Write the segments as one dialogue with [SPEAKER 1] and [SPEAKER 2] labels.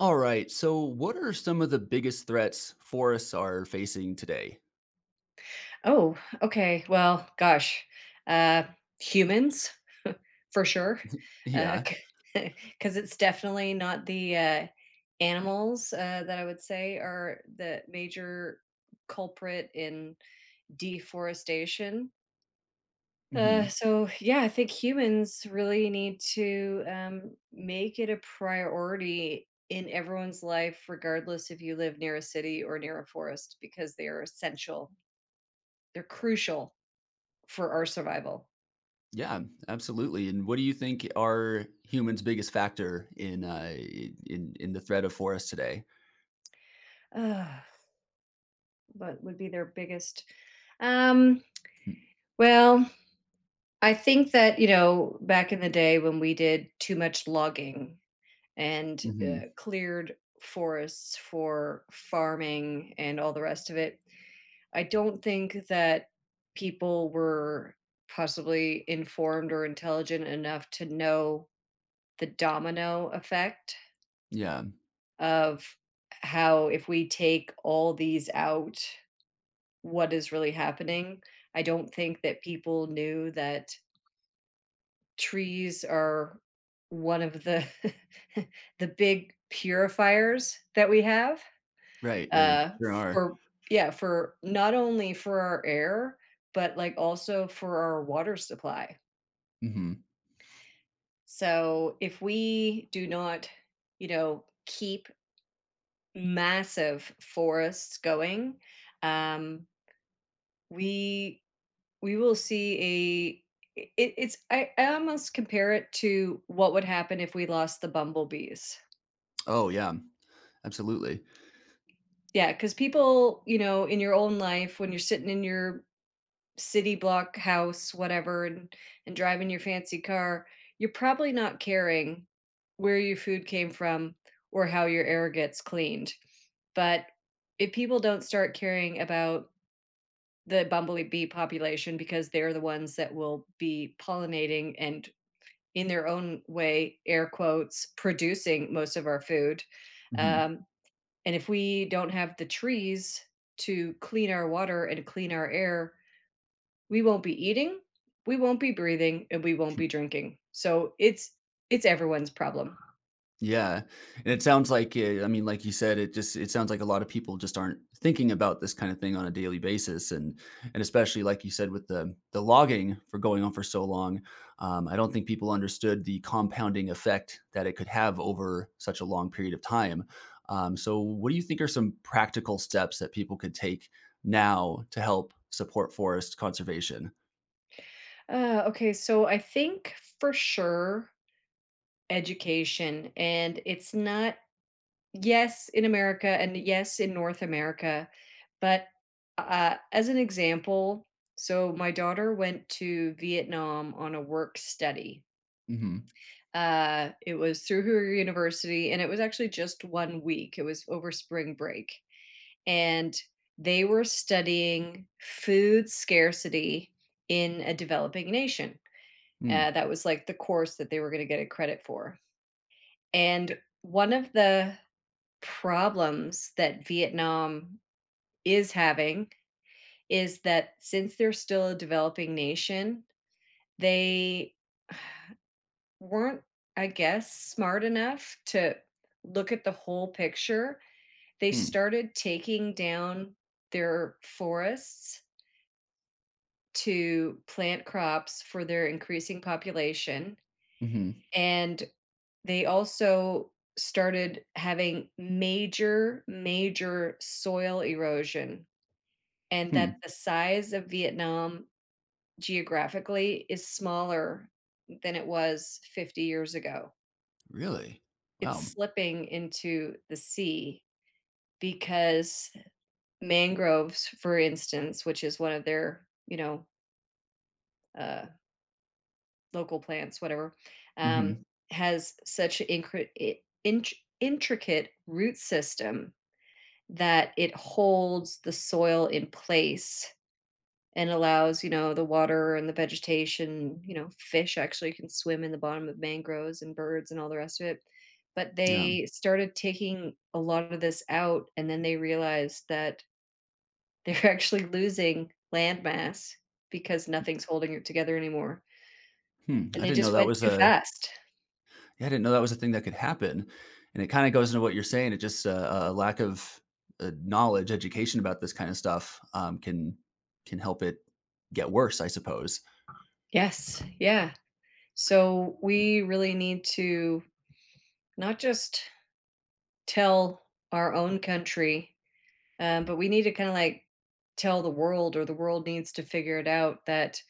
[SPEAKER 1] All right. So, what are some of the biggest threats forests are facing today?
[SPEAKER 2] Oh, okay. Well, gosh, uh, humans for sure, uh,
[SPEAKER 1] Yeah.
[SPEAKER 2] because it's definitely not the animals that I would say are the major culprit in deforestation. Uh,
[SPEAKER 1] Hmm.
[SPEAKER 2] so yeah, I think humans really need to make it a priority in everyone's life, regardless if you live near a city or near a forest, because they are essential. They're crucial for our survival.
[SPEAKER 1] Yeah. Absolutely. And what do you think are humans' biggest factor in in the threat of forests today?
[SPEAKER 2] Ugh, what would be their biggest? Um, well, I think that, you know, back in the day when we did too much logging and
[SPEAKER 1] Hmm.
[SPEAKER 2] cleared forests for farming and all the rest of it, I don't think that people were possibly informed or intelligent enough to know the domino effect
[SPEAKER 1] Yeah.
[SPEAKER 2] of how if we take all these out what is really happening. I don't think that people knew that trees are one of the the big purifiers that we have
[SPEAKER 1] Right. They
[SPEAKER 2] uh
[SPEAKER 1] sure are.
[SPEAKER 2] for yeah for not only for our air but like also for our water supply.
[SPEAKER 1] Hmm.
[SPEAKER 2] So if we do not, you know, keep massive forests going, um we we will see a. It's I almost compare it to what would happen if we lost the bumblebees.
[SPEAKER 1] Oh yeah. Absolutely.
[SPEAKER 2] Yeah, because people, you know, in your own life when you're sitting in your city block house whatever and driving your fancy car, you're probably not caring where your food came from or how your air gets cleaned. But if people don't start caring about the bumblebee population, because they're the ones that will be pollinating and, in their own way, air quotes, producing most of our food.
[SPEAKER 1] Mm-hmm.
[SPEAKER 2] Um, and if we don't have the trees to clean our water and clean our air, we won't be eating, we won't be breathing, and we won't be drinking. So it's everyone's problem.
[SPEAKER 1] Yeah, and it sounds like I mean, like you said, it sounds like a lot of people just aren't thinking about this kind of thing on a daily basis, and especially like you said with the logging for going on for so long. I don't think people understood the compounding effect that it could have over such a long period of time. So, what do you think are some practical steps that people could take now to help support forest conservation?
[SPEAKER 2] Okay, so I think for sure education, and it's not. Yes, in America, and yes, in North America. But, as an example, so my daughter went to Vietnam on a work study.
[SPEAKER 1] Mm-hmm.
[SPEAKER 2] It was through her university, and it was actually just 1 week. It was over spring break, and they were studying food scarcity in a developing nation.
[SPEAKER 1] Mm-hmm.
[SPEAKER 2] That was, like, the course that they were gonna get a credit for. And one of the problems that Vietnam is having is that since they're still a developing nation, they weren't, I guess, smart enough to look at the whole picture. They
[SPEAKER 1] Hmm.
[SPEAKER 2] started taking down their forests to plant crops for their increasing population.
[SPEAKER 1] Hmm.
[SPEAKER 2] And they also started having major, major soil erosion, and
[SPEAKER 1] Hmm.
[SPEAKER 2] that the size of Vietnam geographically is smaller than it was 50 years ago.
[SPEAKER 1] Really?
[SPEAKER 2] It's
[SPEAKER 1] Wow.
[SPEAKER 2] slipping into the sea because mangroves, for instance, which is one of their, you know, uh, local plants, whatever, um,
[SPEAKER 1] Mm-hmm.
[SPEAKER 2] has such intricate root system that it holds the soil in place and allows, you know, the water and the vegetation. You know, fish actually can swim in the bottom of mangroves, and birds and all the rest of it. But
[SPEAKER 1] Yeah.
[SPEAKER 2] they started taking a lot of this out, and then they realized that they're actually losing landmass because nothing's holding it together anymore.
[SPEAKER 1] Hmm,
[SPEAKER 2] And
[SPEAKER 1] I
[SPEAKER 2] they
[SPEAKER 1] didn't know
[SPEAKER 2] just
[SPEAKER 1] that
[SPEAKER 2] went
[SPEAKER 1] was
[SPEAKER 2] too
[SPEAKER 1] a
[SPEAKER 2] fast.
[SPEAKER 1] yeah, I didn't know that was a thing that could happen, and it kinda goes into what you're saying. It just, a lack of knowledge, education about this kinda stuff, can help it get worse, I suppose.
[SPEAKER 2] Yes. Yeah. So we really need to not just tell our own country. But we need to kind of like tell the world, or the world needs to figure it out that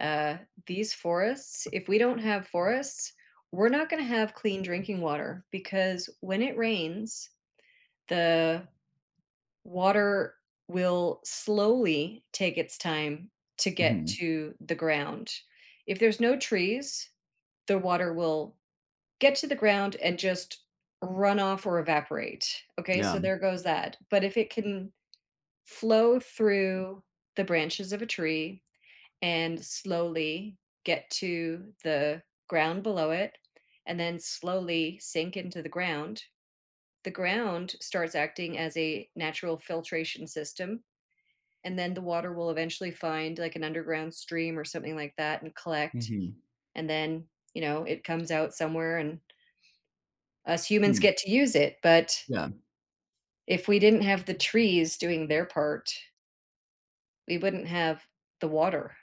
[SPEAKER 2] uh, these forests, if we don't have forests, we're not going to have clean drinking water because when it rains, the water will slowly take its time to get
[SPEAKER 1] Mhm.
[SPEAKER 2] to the ground. If there's no trees, the water will get to the ground and just run off or evaporate. Okay,
[SPEAKER 1] Yeah.
[SPEAKER 2] so there goes that. But if it can flow through the branches of a tree and slowly get to the ground below it and then slowly sink into the ground. The ground starts acting as a natural filtration system, and then the water will eventually find like an underground stream or something like that and collect.
[SPEAKER 1] Mhm.
[SPEAKER 2] And then, you know, it comes out somewhere, and us humans
[SPEAKER 1] Hmm.
[SPEAKER 2] get to use it. But
[SPEAKER 1] Yeah.
[SPEAKER 2] if we didn't have the trees doing their part, we wouldn't have the water.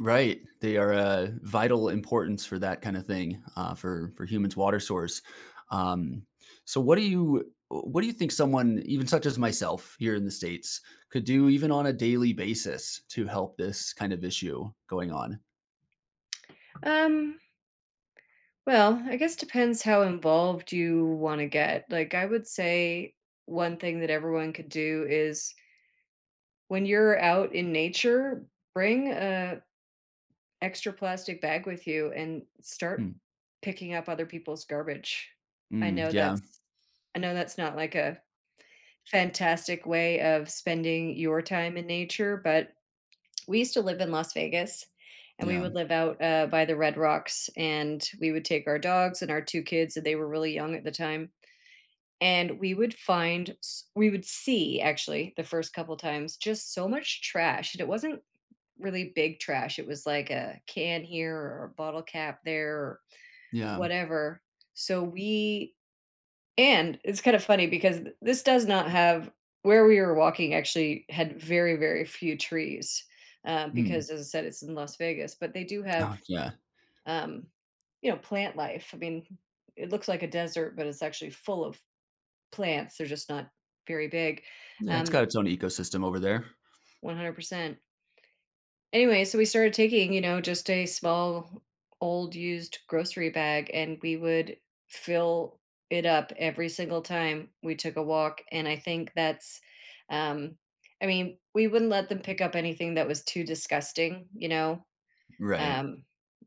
[SPEAKER 1] Right. They are vital importance for that kind of thing, for humans' water source. Um, so, what do you think someone, even such as myself here in the states, could do even on a daily basis to help this kind of issue going on?
[SPEAKER 2] Um, Well, I guess depends how involved you wanna get. Like, I would say one thing that everyone could do is when you're out in nature, bring a extra plastic bag with you and start
[SPEAKER 1] Mm,
[SPEAKER 2] picking up other people's garbage. I
[SPEAKER 1] mm,
[SPEAKER 2] know
[SPEAKER 1] yeah,
[SPEAKER 2] that's I know that's not like a fantastic way of spending your time in nature, but we used to live in Las Vegas, and we
[SPEAKER 1] yeah,
[SPEAKER 2] would live out, by the Red Rocks, and we would take our dogs and our 2 kids, and they were really young at the time, and we would find s we would see, actually, the first couple times, just so much trash, and it wasn't really big trash. It was like a can here or a bottle cap there or
[SPEAKER 1] yeah.
[SPEAKER 2] whatever. So we And it's kind of funny because this does not have where we were walking actually had very, very few trees,
[SPEAKER 1] Mm,
[SPEAKER 2] because as I said, it's in Las Vegas, but they do have,
[SPEAKER 1] oh, yeah,
[SPEAKER 2] um, you know, plant life. I mean, it looks like a desert, but it's actually full of plants. They're just not very big.
[SPEAKER 1] yeah. It's got
[SPEAKER 2] Um,
[SPEAKER 1] its own ecosystem over there.
[SPEAKER 2] 100%. Anyway, so we started taking, you know, just a small, old, used grocery bag, and we would fill it up every single time we took a walk. And I think that's, um, I mean, we wouldn't let them pick up anything that was too disgusting, you know,
[SPEAKER 1] Right.
[SPEAKER 2] um,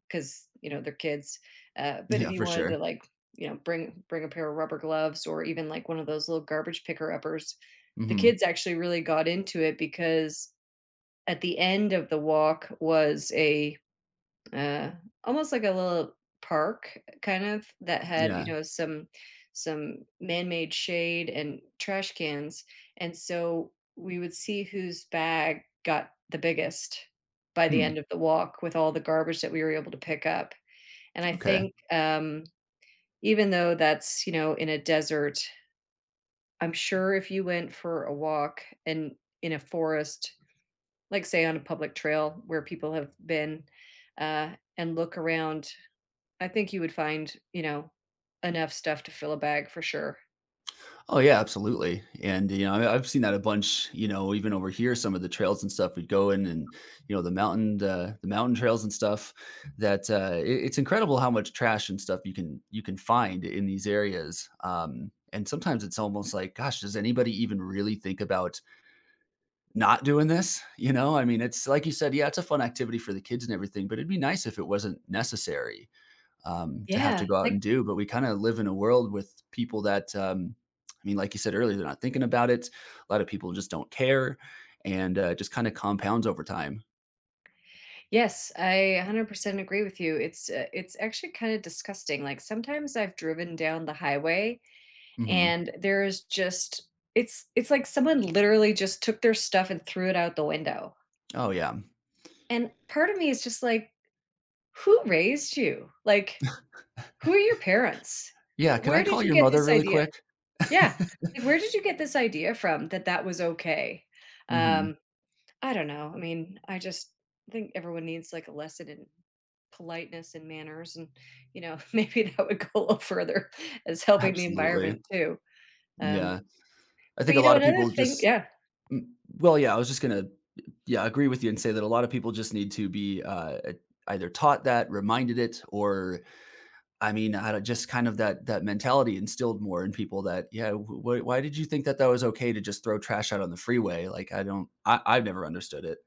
[SPEAKER 2] because you know they're kids. But if
[SPEAKER 1] Yeah,
[SPEAKER 2] you
[SPEAKER 1] for
[SPEAKER 2] wanted to,
[SPEAKER 1] sure.
[SPEAKER 2] like, you know, bring a pair of rubber gloves or even like one of those little garbage picker uppers, the
[SPEAKER 1] Hmm.
[SPEAKER 2] kids actually really got into it because at the end of the walk was a uh, almost like a little park kind of that had, you
[SPEAKER 1] Yeah.
[SPEAKER 2] know, some man-made shade and trash cans. And so we would see whose bag got the biggest by the
[SPEAKER 1] Hmm.
[SPEAKER 2] end of the walk with all the garbage that we were able to pick up. And I
[SPEAKER 1] Okay.
[SPEAKER 2] think even though that's, you know, in a desert, I'm sure if you went for a walk and in a forest, like, say, on a public trail where people have been, and look around, I think you would find, you know, enough stuff to fill a bag for sure.
[SPEAKER 1] Oh yeah, absolutely. And you know, I've seen that a bunch. You know, even over here, some of the trails and stuff we'd go in, and you know, the mountain trails and stuff. That it's incredible how much trash and stuff you can find in these areas. And sometimes it's almost like, gosh, does anybody even really think about not doing this? You know, I mean, it's like you said, yeah, it's a fun activity for the kids and everything, but it'd be nice if it wasn't necessary, to have to
[SPEAKER 2] Yeah,
[SPEAKER 1] go out
[SPEAKER 2] like
[SPEAKER 1] and do. But we kind of live in a world with people. I mean, like you said earlier, they're not thinking about it. A lot of people just don't care, and it just kind of compounds over time.
[SPEAKER 2] yes, I 100% agree with you. It's actually kinda disgusting. Like, sometimes I've driven down the highway
[SPEAKER 1] Hmm.
[SPEAKER 2] and there's just it's like someone literally just took their stuff and threw it out the window,
[SPEAKER 1] Oh yeah,
[SPEAKER 2] and part of me is just like, "Who raised you?" Like, "Who are your parents?
[SPEAKER 1] yeah. Can I
[SPEAKER 2] Where did
[SPEAKER 1] call
[SPEAKER 2] you
[SPEAKER 1] your
[SPEAKER 2] get
[SPEAKER 1] mother
[SPEAKER 2] this
[SPEAKER 1] really
[SPEAKER 2] idea?"
[SPEAKER 1] quick?
[SPEAKER 2] Yeah. Like, where did you get this idea from that that was okay?
[SPEAKER 1] Hmm.
[SPEAKER 2] Um, I don't know. I mean, I just think everyone needs like a lesson in politeness and manners and, you know, maybe that would go a little further as helping the
[SPEAKER 1] Absolutely.
[SPEAKER 2] environment too. Um,
[SPEAKER 1] Yeah, I
[SPEAKER 2] but
[SPEAKER 1] think
[SPEAKER 2] you
[SPEAKER 1] a
[SPEAKER 2] know,
[SPEAKER 1] lot of
[SPEAKER 2] another
[SPEAKER 1] people
[SPEAKER 2] thing.
[SPEAKER 1] just.
[SPEAKER 2] Yeah.
[SPEAKER 1] mm, Well, yeah, I was just gonna yeah, agree with you and say that a lot of people just need to be either taught that, reminded it, or I mean, I don't- just kind of that mentality instilled more in people. That yeah, why did you think that that was okay to just throw trash out on the freeway? Like I don't, I, I've never understood it.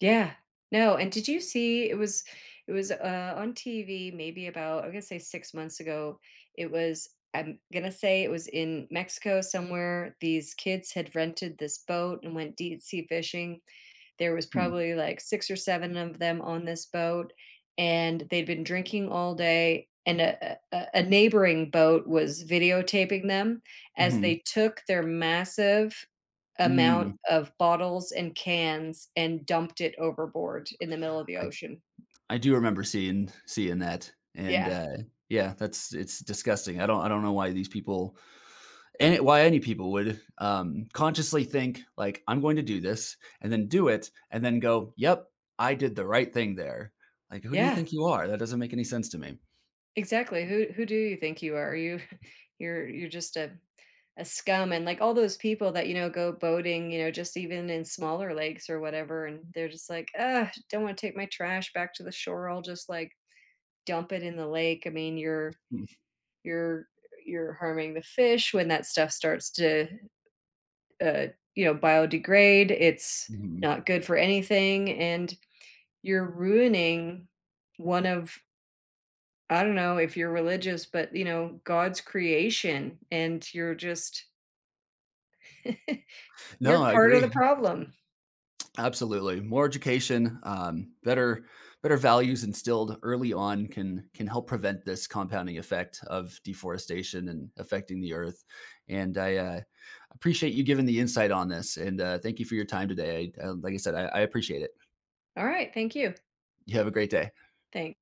[SPEAKER 2] Yeah. No, and did you see it was it was on TV maybe about I'm gonna say 6 months ago. It was I'm gonna say it was in Mexico somewhere. These kids had rented this boat and went deep sea fishing. There was
[SPEAKER 1] Hmm.
[SPEAKER 2] probably, like, 6 or 7 of them on this boat, and they'd been drinking all day, and a neighboring boat was videotaping them as
[SPEAKER 1] Hmm.
[SPEAKER 2] they took their massive amount
[SPEAKER 1] Mm.
[SPEAKER 2] of bottles and cans and dumped it overboard in the middle of the
[SPEAKER 1] I
[SPEAKER 2] ocean.
[SPEAKER 1] I do remember seeing that, and
[SPEAKER 2] Yeah.
[SPEAKER 1] yeah, that's it's disgusting. I don't know why these people and why any people would consciously think like I'm going to do this and then do it and then go, yep, I did the right thing there. Like who do you
[SPEAKER 2] Yeah,
[SPEAKER 1] think you are? That doesn't make any sense to me.
[SPEAKER 2] exactly. Who do you think you are? You you're just a scum. And, like, all those people that, you know, go boating, you know, just even in smaller lakes or whatever, and they're just like, "Ugh, don't wanna take my trash back to the shore. I'll just, like, dump it in the lake." I mean, you're you're harming the fish. When that stuff starts to uh, you know, biodegrade, it's
[SPEAKER 1] Mhm.
[SPEAKER 2] not good for anything, and you're ruining one of, I don't know if you're religious, but, you know, God's creation, and you're just
[SPEAKER 1] No,
[SPEAKER 2] you're
[SPEAKER 1] I
[SPEAKER 2] part of the
[SPEAKER 1] agree.
[SPEAKER 2] problem.
[SPEAKER 1] Absolutely. More education, better better values instilled early on can help prevent this compounding effect of deforestation and affecting the earth. And I appreciate you giving the insight on this. And thank you for your time today. Like I said, I appreciate it.
[SPEAKER 2] Alright, thank you.
[SPEAKER 1] You have a great day.
[SPEAKER 2] Thanks.